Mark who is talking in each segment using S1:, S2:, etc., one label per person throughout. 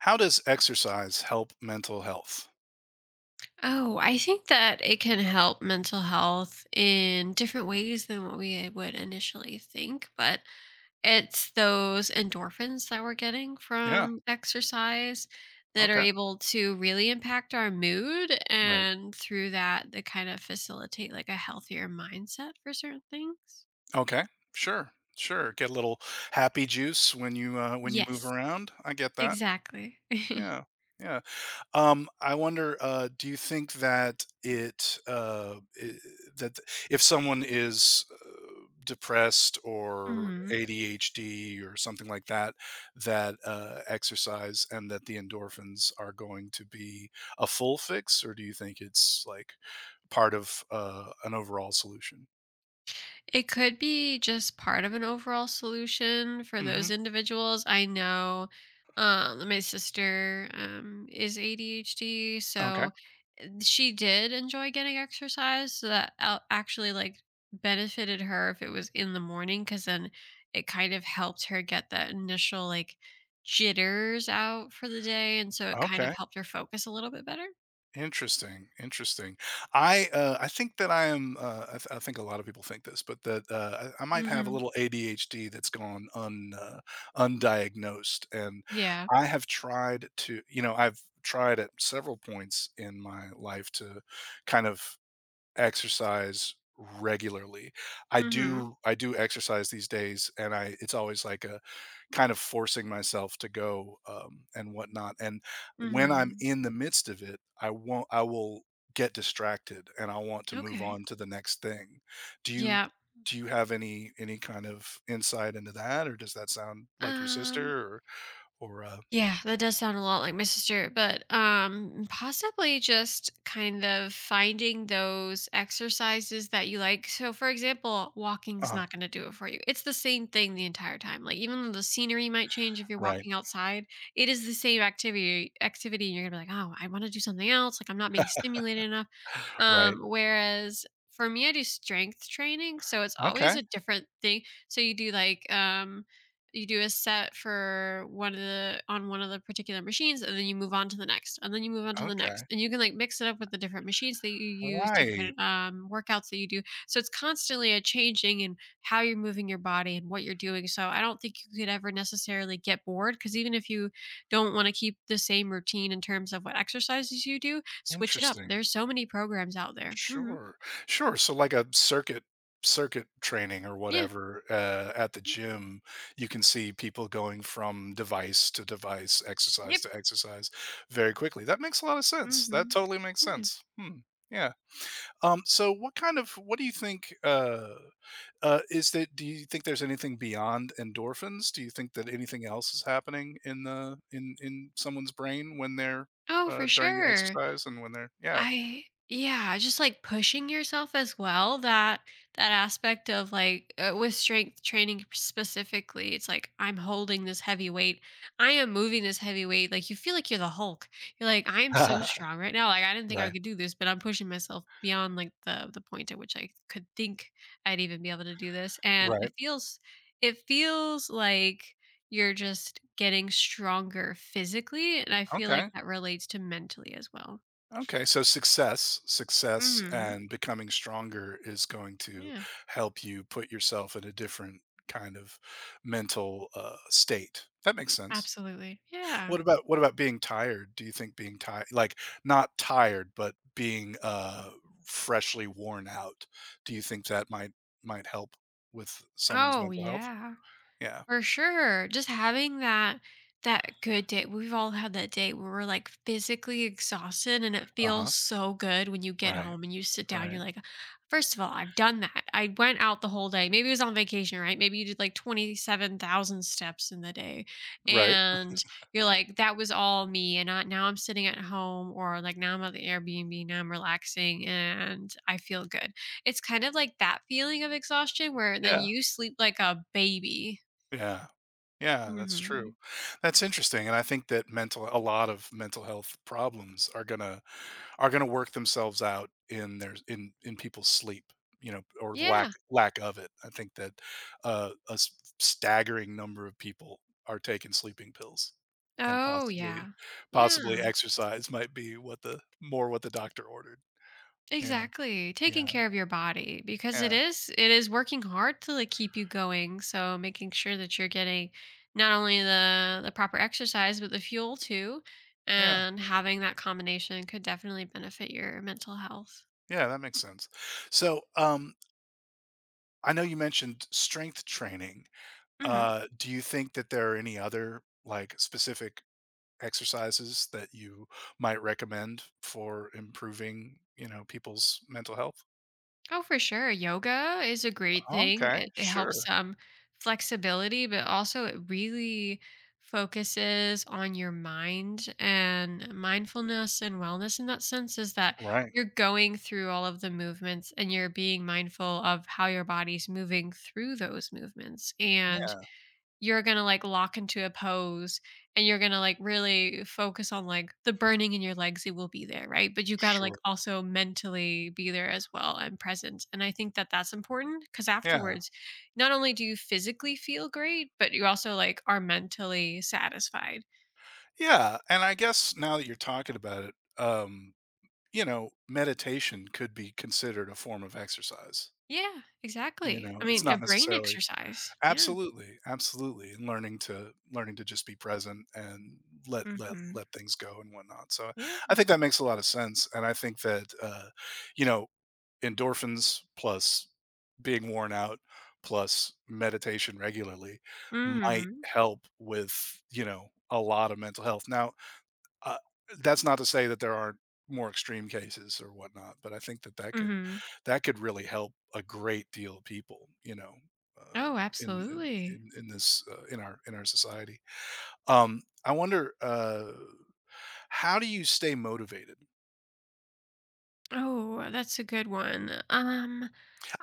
S1: How does exercise help mental health?
S2: Oh, I think that it can help mental health in different ways than what we would initially think, but it's those endorphins that we're getting
S1: Yeah.
S2: from exercise that are
S1: Okay.
S2: able to really impact our mood
S1: Right.
S2: and through that they kind of facilitate like a healthier mindset for certain things.
S1: Okay. Sure. Sure. Get a little happy juice when you move
S2: Yes,
S1: around. I get that.
S2: exactly.
S1: Yeah. Yeah. I wonder. Do you think that i- that if someone is depressed or
S2: Mhm.
S1: ADHD or something like that, that exercise and that the endorphins are going to be a full fix, or do you think it's like part of, an overall solution?
S2: It could be just part of an overall solution for
S1: Mhm.
S2: those individuals. I know my sister is ADHD,
S1: Okay.
S2: so she did enjoy getting exercise. So actually like benefited her if it was in the morning, because then it kind of helped her get that initial like jitters out for the day, and so it kind
S1: Okay.
S2: of helped her focus a little bit better.
S1: Interesting, interesting. I think that I am. I think a lot of people think this, but that, I might have a
S2: Hmm.
S1: little ADHD that's gone un undiagnosed, and
S2: Yeah.
S1: I have tried to I've tried at several points in my life to kind of exercise regularly. I
S2: Hmm.
S1: do I do exercise these days, and I it's always like a kind of forcing myself to go and whatnot. And when I'm
S2: Hmm.
S1: in the midst of it, I won't. I will get distracted, and I want to move
S2: Okay.
S1: on to the next thing. Do you
S2: Yeah.
S1: do you have any kind of insight into that, or does that sound like your
S2: Um.
S1: sister, or
S2: Yeah, that does sound a lot like my sister, but possibly just kind of finding those exercises that you like. So for example, walking's
S1: uh
S2: not going to do it for you. It's the same thing the entire time. Like even though the scenery might change if you're
S1: right,
S2: walking outside, it is the same activity and you're going to be like, "Oh, I want to do something else. Like I'm not being stimulated enough."
S1: right?
S2: Whereas for me, I do strength training, so it's always
S1: Okay,
S2: a different thing. So you do like you do a set for one of the on one of the particular machines and then you move on to the next and then you move on to the
S1: okay,
S2: next, and you can like mix it up with the different machines that you use,
S1: right.
S2: different workouts that you do, so it's constantly a changing in how you're moving your body and what you're doing, so I don't think you could ever necessarily get bored because even if you don't want to keep the same routine in terms of what exercises you do. Switch it up.
S1: Interesting.
S2: There's so many programs out there. Mhm.
S1: Sure. Sure. So like a circuit training or
S2: Yeah.
S1: whatever at the
S2: Yeah.
S1: gym, you can see people going from device to device, exercise
S2: Yep.
S1: to exercise very quickly. That makes a lot of sense. That
S2: Mhm.
S1: totally makes
S2: Yeah.
S1: sense. Hmm. Yeah. So what kind of what do you think is that do you think there's anything beyond endorphins? Do you think that anything else is happening in the in someone's brain when they're
S2: Oh, for
S1: during the
S2: sure.
S1: exercise and when they're yeah.
S2: I yeah, just like pushing yourself as well. That aspect of with strength training specifically, it's like I'm holding this heavy weight. I am moving this heavy weight. Like you feel like you're the Hulk. You're like I am so strong right now. Like I didn't think I
S1: Right.
S2: could do this, but I'm pushing myself beyond like the point at which I could think I'd even be able to do this. And
S1: Right.
S2: it feels like you're just getting stronger physically, and I feel like
S1: Okay.
S2: that relates to mentally as well.
S1: Okay. So success, success
S2: Mhm.
S1: and becoming stronger is going to
S2: Yeah,
S1: help you put yourself in a different kind of mental state. That makes sense.
S2: absolutely. Yeah.
S1: What about being tired? Do you think being tired like not tired but being freshly worn out, do you think that might help with someone's
S2: Oh,
S1: mental health?
S2: yeah.
S1: Yeah.
S2: For sure. Just having that good day. We've all had that day where we're like physically exhausted and it feels
S1: Uh-huh.
S2: so good when you get
S1: Right.
S2: home and you sit down,
S1: Right.
S2: you're like, first of all, I've done that. I went out the whole day. Maybe it was on vacation, right? Maybe you did like 27,000 steps in the day.
S1: Right.
S2: And you're like, that was all me. And now I'm sitting at home, or like now I'm at the Airbnb, now I'm relaxing and I feel good. It's kind of like that feeling of exhaustion where then
S1: Yeah.
S2: you sleep like a baby.
S1: Yeah. Yeah, that's true.
S2: Mhm.
S1: That's interesting, and I think that mental a lot of mental health problems are gonna work themselves out in their in people's sleep, you know, or lack
S2: Yeah.
S1: lack of it. I think that a staggering number of people are taking sleeping pills, and
S2: Oh,
S1: possibly
S2: yeah.
S1: possibly
S2: Yeah,
S1: exercise might be what the doctor ordered. Yeah,
S2: exactly. Taking
S1: yeah,
S2: care of your body because
S1: yeah,
S2: it is working hard to, like, keep you going, so making sure that you're getting not only the proper exercise, but the fuel too,
S1: yeah,
S2: and having that combination could definitely benefit your mental health.
S1: yeah. That makes sense. So, I know you mentioned strength training.
S2: Mhm.
S1: Do you think that there are any other like specific exercises that you might recommend for improving, you know, people's mental health?
S2: Oh, for sure. Yoga is a great thing.
S1: Okay,
S2: It helps
S1: sure.
S2: some flexibility, but also it really focuses on your mind, and mindfulness and wellness in that sense is that
S1: Right.
S2: you're going through all of the movements and you're being mindful of how your body's moving through those movements. And
S1: Yeah,
S2: you're gonna, like, lock into a pose, and you're gonna, like, really focus on, like, the burning in your legs, it will be there, right? But you gotta, like,
S1: sure.
S2: also mentally be there as well and present, and I think that that's important because
S1: Yeah.
S2: afterwards, not only do you physically feel great, but you also, like, are mentally satisfied.
S1: Yeah, and I guess now that you're talking about it, you know, meditation could be considered a form of exercise.
S2: Yeah,
S1: You
S2: exactly. I
S1: know, it's
S2: mean, a
S1: not
S2: brain
S1: necessarily
S2: exercise. Yeah.
S1: absolutely, absolutely, and learning to just be present and let let
S2: Mhm.
S1: let things go and whatnot. So
S2: Yeah.
S1: I think that makes a lot of sense, and I think that you know endorphins plus being worn out plus meditation regularly might
S2: Mhm.
S1: help with you know a lot of mental health. Now uh, that's not to say that there aren't more extreme cases or whatnot, but I think that that could
S2: Mhm.
S1: that could really help a great deal of people, you know, uh,
S2: Oh,
S1: in, in
S2: absolutely.
S1: in in this in our society. I wonder how do you stay motivated?
S2: Oh, that's a good one.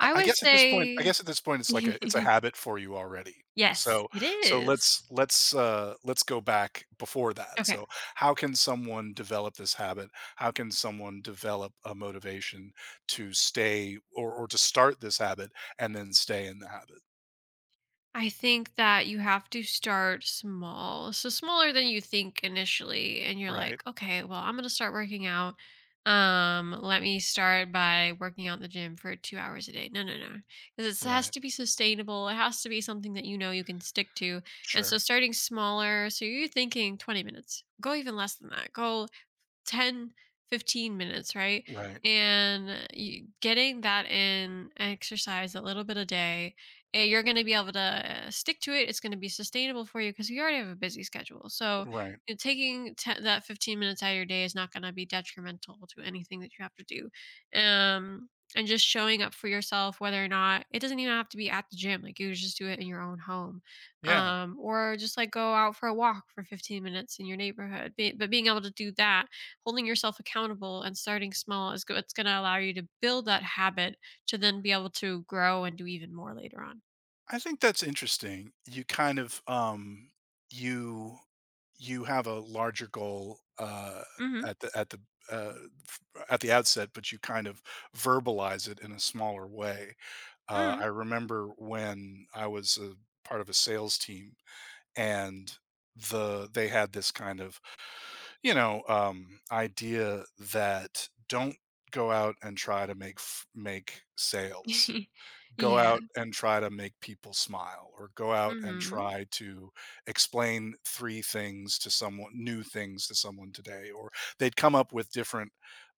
S1: I I
S2: would
S1: guess at this point I
S2: say
S1: guess at this point, it's like a it's a habit for you already.
S2: yes,
S1: So
S2: it is.
S1: let's go back before that.
S2: Okay.
S1: So how can someone develop this habit? How can someone develop a motivation to stay or to start this habit and then stay in the habit?
S2: I think that you have to start small. So smaller than you think initially and you're
S1: Right,
S2: like, "Okay, well, I'm going to start working out. Let me start by working out in the gym for 2 hours a day." No, no, no. Cuz it has
S1: right.
S2: to be sustainable. It has to be something that you know you can stick to. And so
S1: Sure.
S2: starting smaller, so you're thinking 20 minutes. Go even less than that. Go 10, 15 minutes, right?
S1: Right,
S2: And getting that in exercise a little bit a day, you're going to be able to stick to it. It's going to be sustainable for you because you already have a busy schedule, so
S1: right.
S2: you know, taking that 15 minutes out of your day is not going to be detrimental to anything that you have to do, um and just showing up for yourself, whether or not it doesn't even have to be at the gym, like you just do it in your own home,
S1: Yeah.
S2: or just like go out for a walk for 15 minutes in your neighborhood. But being able to do that, holding yourself accountable and starting small it's going to allow you to build that habit, to then be able to grow and do even more later on.
S1: I think that's interesting. You kind of you you have a larger goal
S2: Mhm.
S1: at uh at the outset, but you kind of verbalize it in a smaller way. I
S2: Mm.
S1: remember when I was a part of a sales team and they had this kind of, you know, idea that don't go out and try to make sales, go
S2: Yeah.
S1: out and try to make people smile or go out and
S2: Mhm.
S1: try to explain three things to someone new things to someone today, or they'd come up with different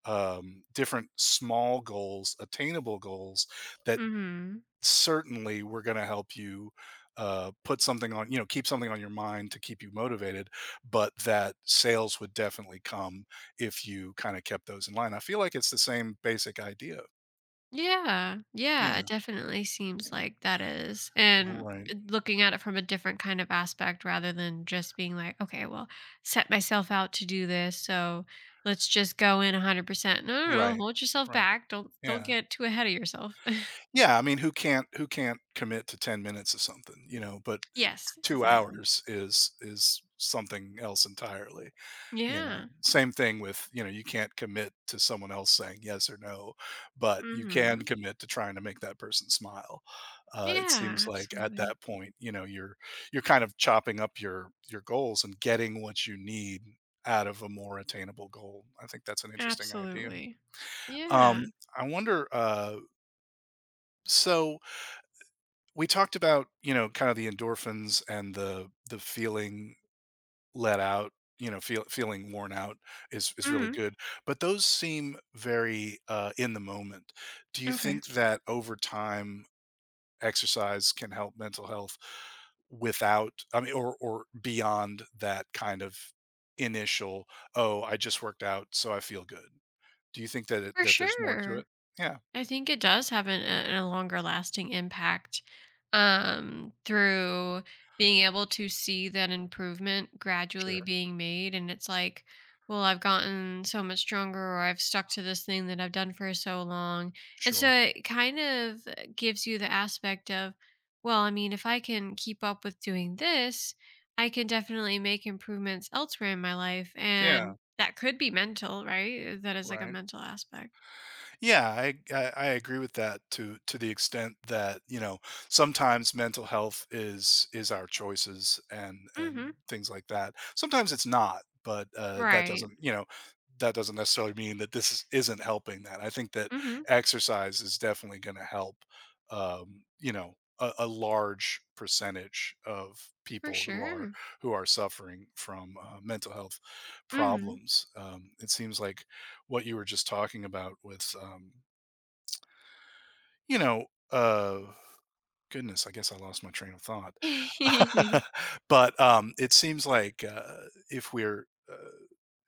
S1: different small goals, attainable goals that
S2: Mhm.
S1: certainly were going to help you put something on you know keep something on your mind to keep you motivated but that sales would definitely come if you kind of kept those in line. I feel like it's the same basic idea.
S2: Yeah. Yeah, it
S1: Yeah,
S2: definitely seems like that is. And
S1: right,
S2: looking at it from a different kind of aspect, rather than just being like, okay, well, set myself out to do this, so let's just go in 100%. No, no, no,
S1: right,
S2: hold yourself
S1: right.
S2: back. Don't
S1: Yeah.
S2: get too ahead of yourself.
S1: Yeah, I mean, who can't commit to 10 minutes of something, you know, but
S2: Yes,
S1: 2
S2: exactly.
S1: hours is something else entirely, you know?
S2: Yeah.
S1: Same thing with, you know, you can't commit to someone else saying yes or no, but you can
S2: Mhm.
S1: commit to trying to make that person smile. It
S2: Yeah,
S1: seems like at
S2: absolutely.
S1: that point, you know, you're kind of chopping up your goals and getting what you need out of a more attainable goal. I think that's an interesting idea.
S2: Absolutely. Yeah.
S1: Um, I wonder, so we talked about you know kind of the endorphins and the feeling let out you know feeling worn out is really
S2: Mhm.
S1: good but those seem very in the moment. Do you
S2: Okay.
S1: think that over time exercise can help mental health without I mean or beyond that kind of initial oh I just worked out so I feel good? Do you think that
S2: For
S1: that there's more to it?
S2: sure.
S1: Yeah,
S2: I think it does have a longer lasting impact, through being able to see that improvement gradually
S1: sure,
S2: being made. And it's like, well, I've gotten so much stronger, or I've stuck to this thing that I've done for so long. And so
S1: sure,
S2: it kind of gives you the aspect of, well, I mean, if I can keep up with doing this, I can definitely make improvements elsewhere in my life.
S1: yeah,
S2: And that could be mental, right? That is like a
S1: right.
S2: mental aspect.
S1: Yeah, I agree with that to the extent that you know sometimes mental health is our choices and
S2: Hmm.
S1: things like that. Sometimes it's not, but that
S2: Right.
S1: doesn't you know that doesn't necessarily mean that this is, isn't helping. That I think that
S2: Mhm.
S1: exercise is definitely going to help. You know, a large percentage of
S2: For
S1: people
S2: sure.
S1: who are suffering from mental health
S2: Mhm.
S1: problems. It seems like what you were just talking about with you know uh goodness, I guess I lost my train of thought. But it seems like if we're uh,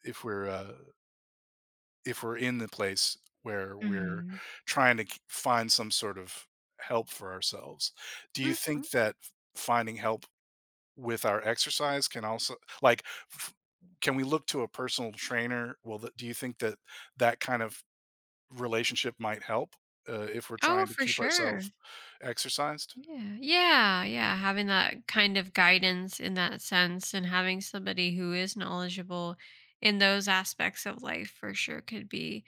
S1: if we're uh if we're in the place where we're
S2: Mm.
S1: trying to find some sort of help for ourselves, do you
S2: Mhm.
S1: think that finding help with our exercise can also like f- can we look to a personal trainer? Do you think that that kind of relationship might help, if we're
S2: Oh,
S1: trying to
S2: for
S1: keep ourselves
S2: sure.
S1: exercised?
S2: Yeah. Yeah, yeah, having that kind of guidance in that sense and having somebody who is knowledgeable in those aspects of life, for sure could be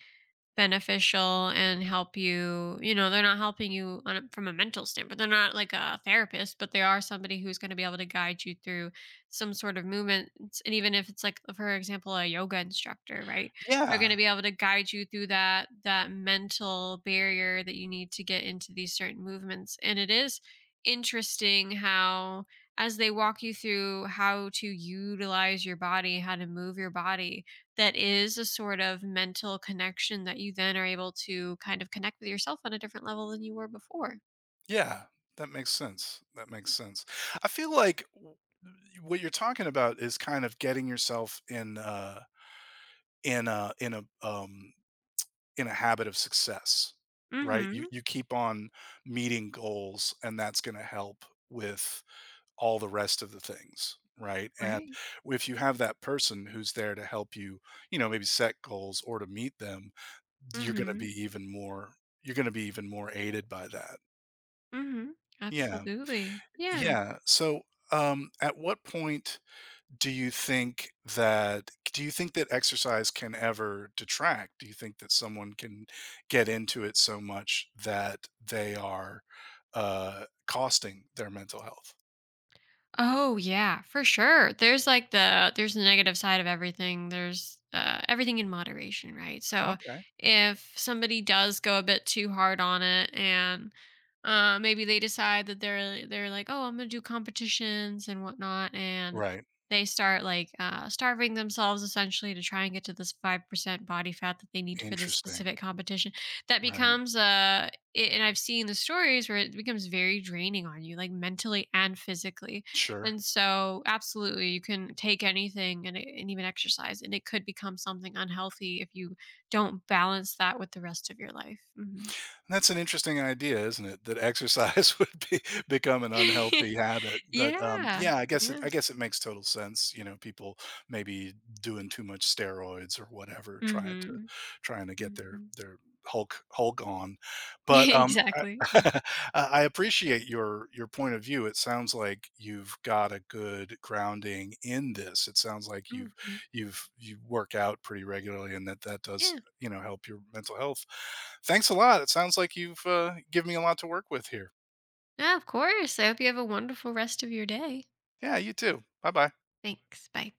S2: beneficial and help you. You know, they're not helping you on a, from a mental standpoint, they're not like a therapist, but they are somebody who's going to be able to guide you through some sort of movements. And even if it's like, for example, a yoga instructor, right, they're going
S1: Yeah,
S2: to be able to guide you through that mental barrier that you need to get into these certain movements, and it is interesting how as they walk you through how to utilize your body, how to move your body, that is a sort of mental connection that you then are able to kind of connect with yourself on a different level than you were before.
S1: yeah, that makes sense, that makes sense. I feel like w what you're talking about is kind of getting yourself in in a habit of success, right? You
S2: Mhm.
S1: you keep on meeting goals, and that's gonna help with all the rest of the things, right? And
S2: Right.
S1: if you have that person who's there to help you, you know, maybe set goals or to meet them, you're gonna be
S2: Mhm.
S1: even more you're gonna be even more aided by that.
S2: Mhm.
S1: Yeah,
S2: Absolutely. Yeah.
S1: yeah. So, at what point do you think that exercise can ever detract? Do you think that someone can get into it so much that they are, costing their mental health?
S2: Oh yeah, for sure. The there's the negative side of everything. There's everything in moderation, right? So
S1: Okay.
S2: if somebody does go a bit too hard on it, and maybe they decide that they're like, oh, I'm gonna do competitions and whatnot, and
S1: Right.
S2: they start like starving themselves essentially to try and get to this 5% body fat that they need for this
S1: Interesting.
S2: specific competition. That
S1: Right.
S2: becomes and I've seen the stories where it becomes very draining on you, like mentally and physically,
S1: Sure.
S2: and so, absolutely, you can take anything and even exercise, and it could become something unhealthy if you don't balance that with the rest of your life. Hmm.
S1: And that's an interesting idea, isn't it? That exercise would be become an unhealthy habit. But
S2: Yeah.
S1: yeah,
S2: Yeah.
S1: I guess it makes total sense. You know, people maybe doing too much steroids or whatever, trying to
S2: Hmm.
S1: trying to get
S2: Hmm.
S1: their Hulk on. But I,
S2: Exactly.
S1: I appreciate your point of view. It sounds like you've got a good grounding in this. It sounds like
S2: Hmm.
S1: you've you work out pretty regularly, and that does
S2: Yeah.
S1: you know help your mental health. Thanks a lot. It sounds like you've given me a lot to work with here.
S2: Yeah, of course. I hope you have a wonderful rest of your day.
S1: Yeah, you too. Bye bye.
S2: Thanks. Bye.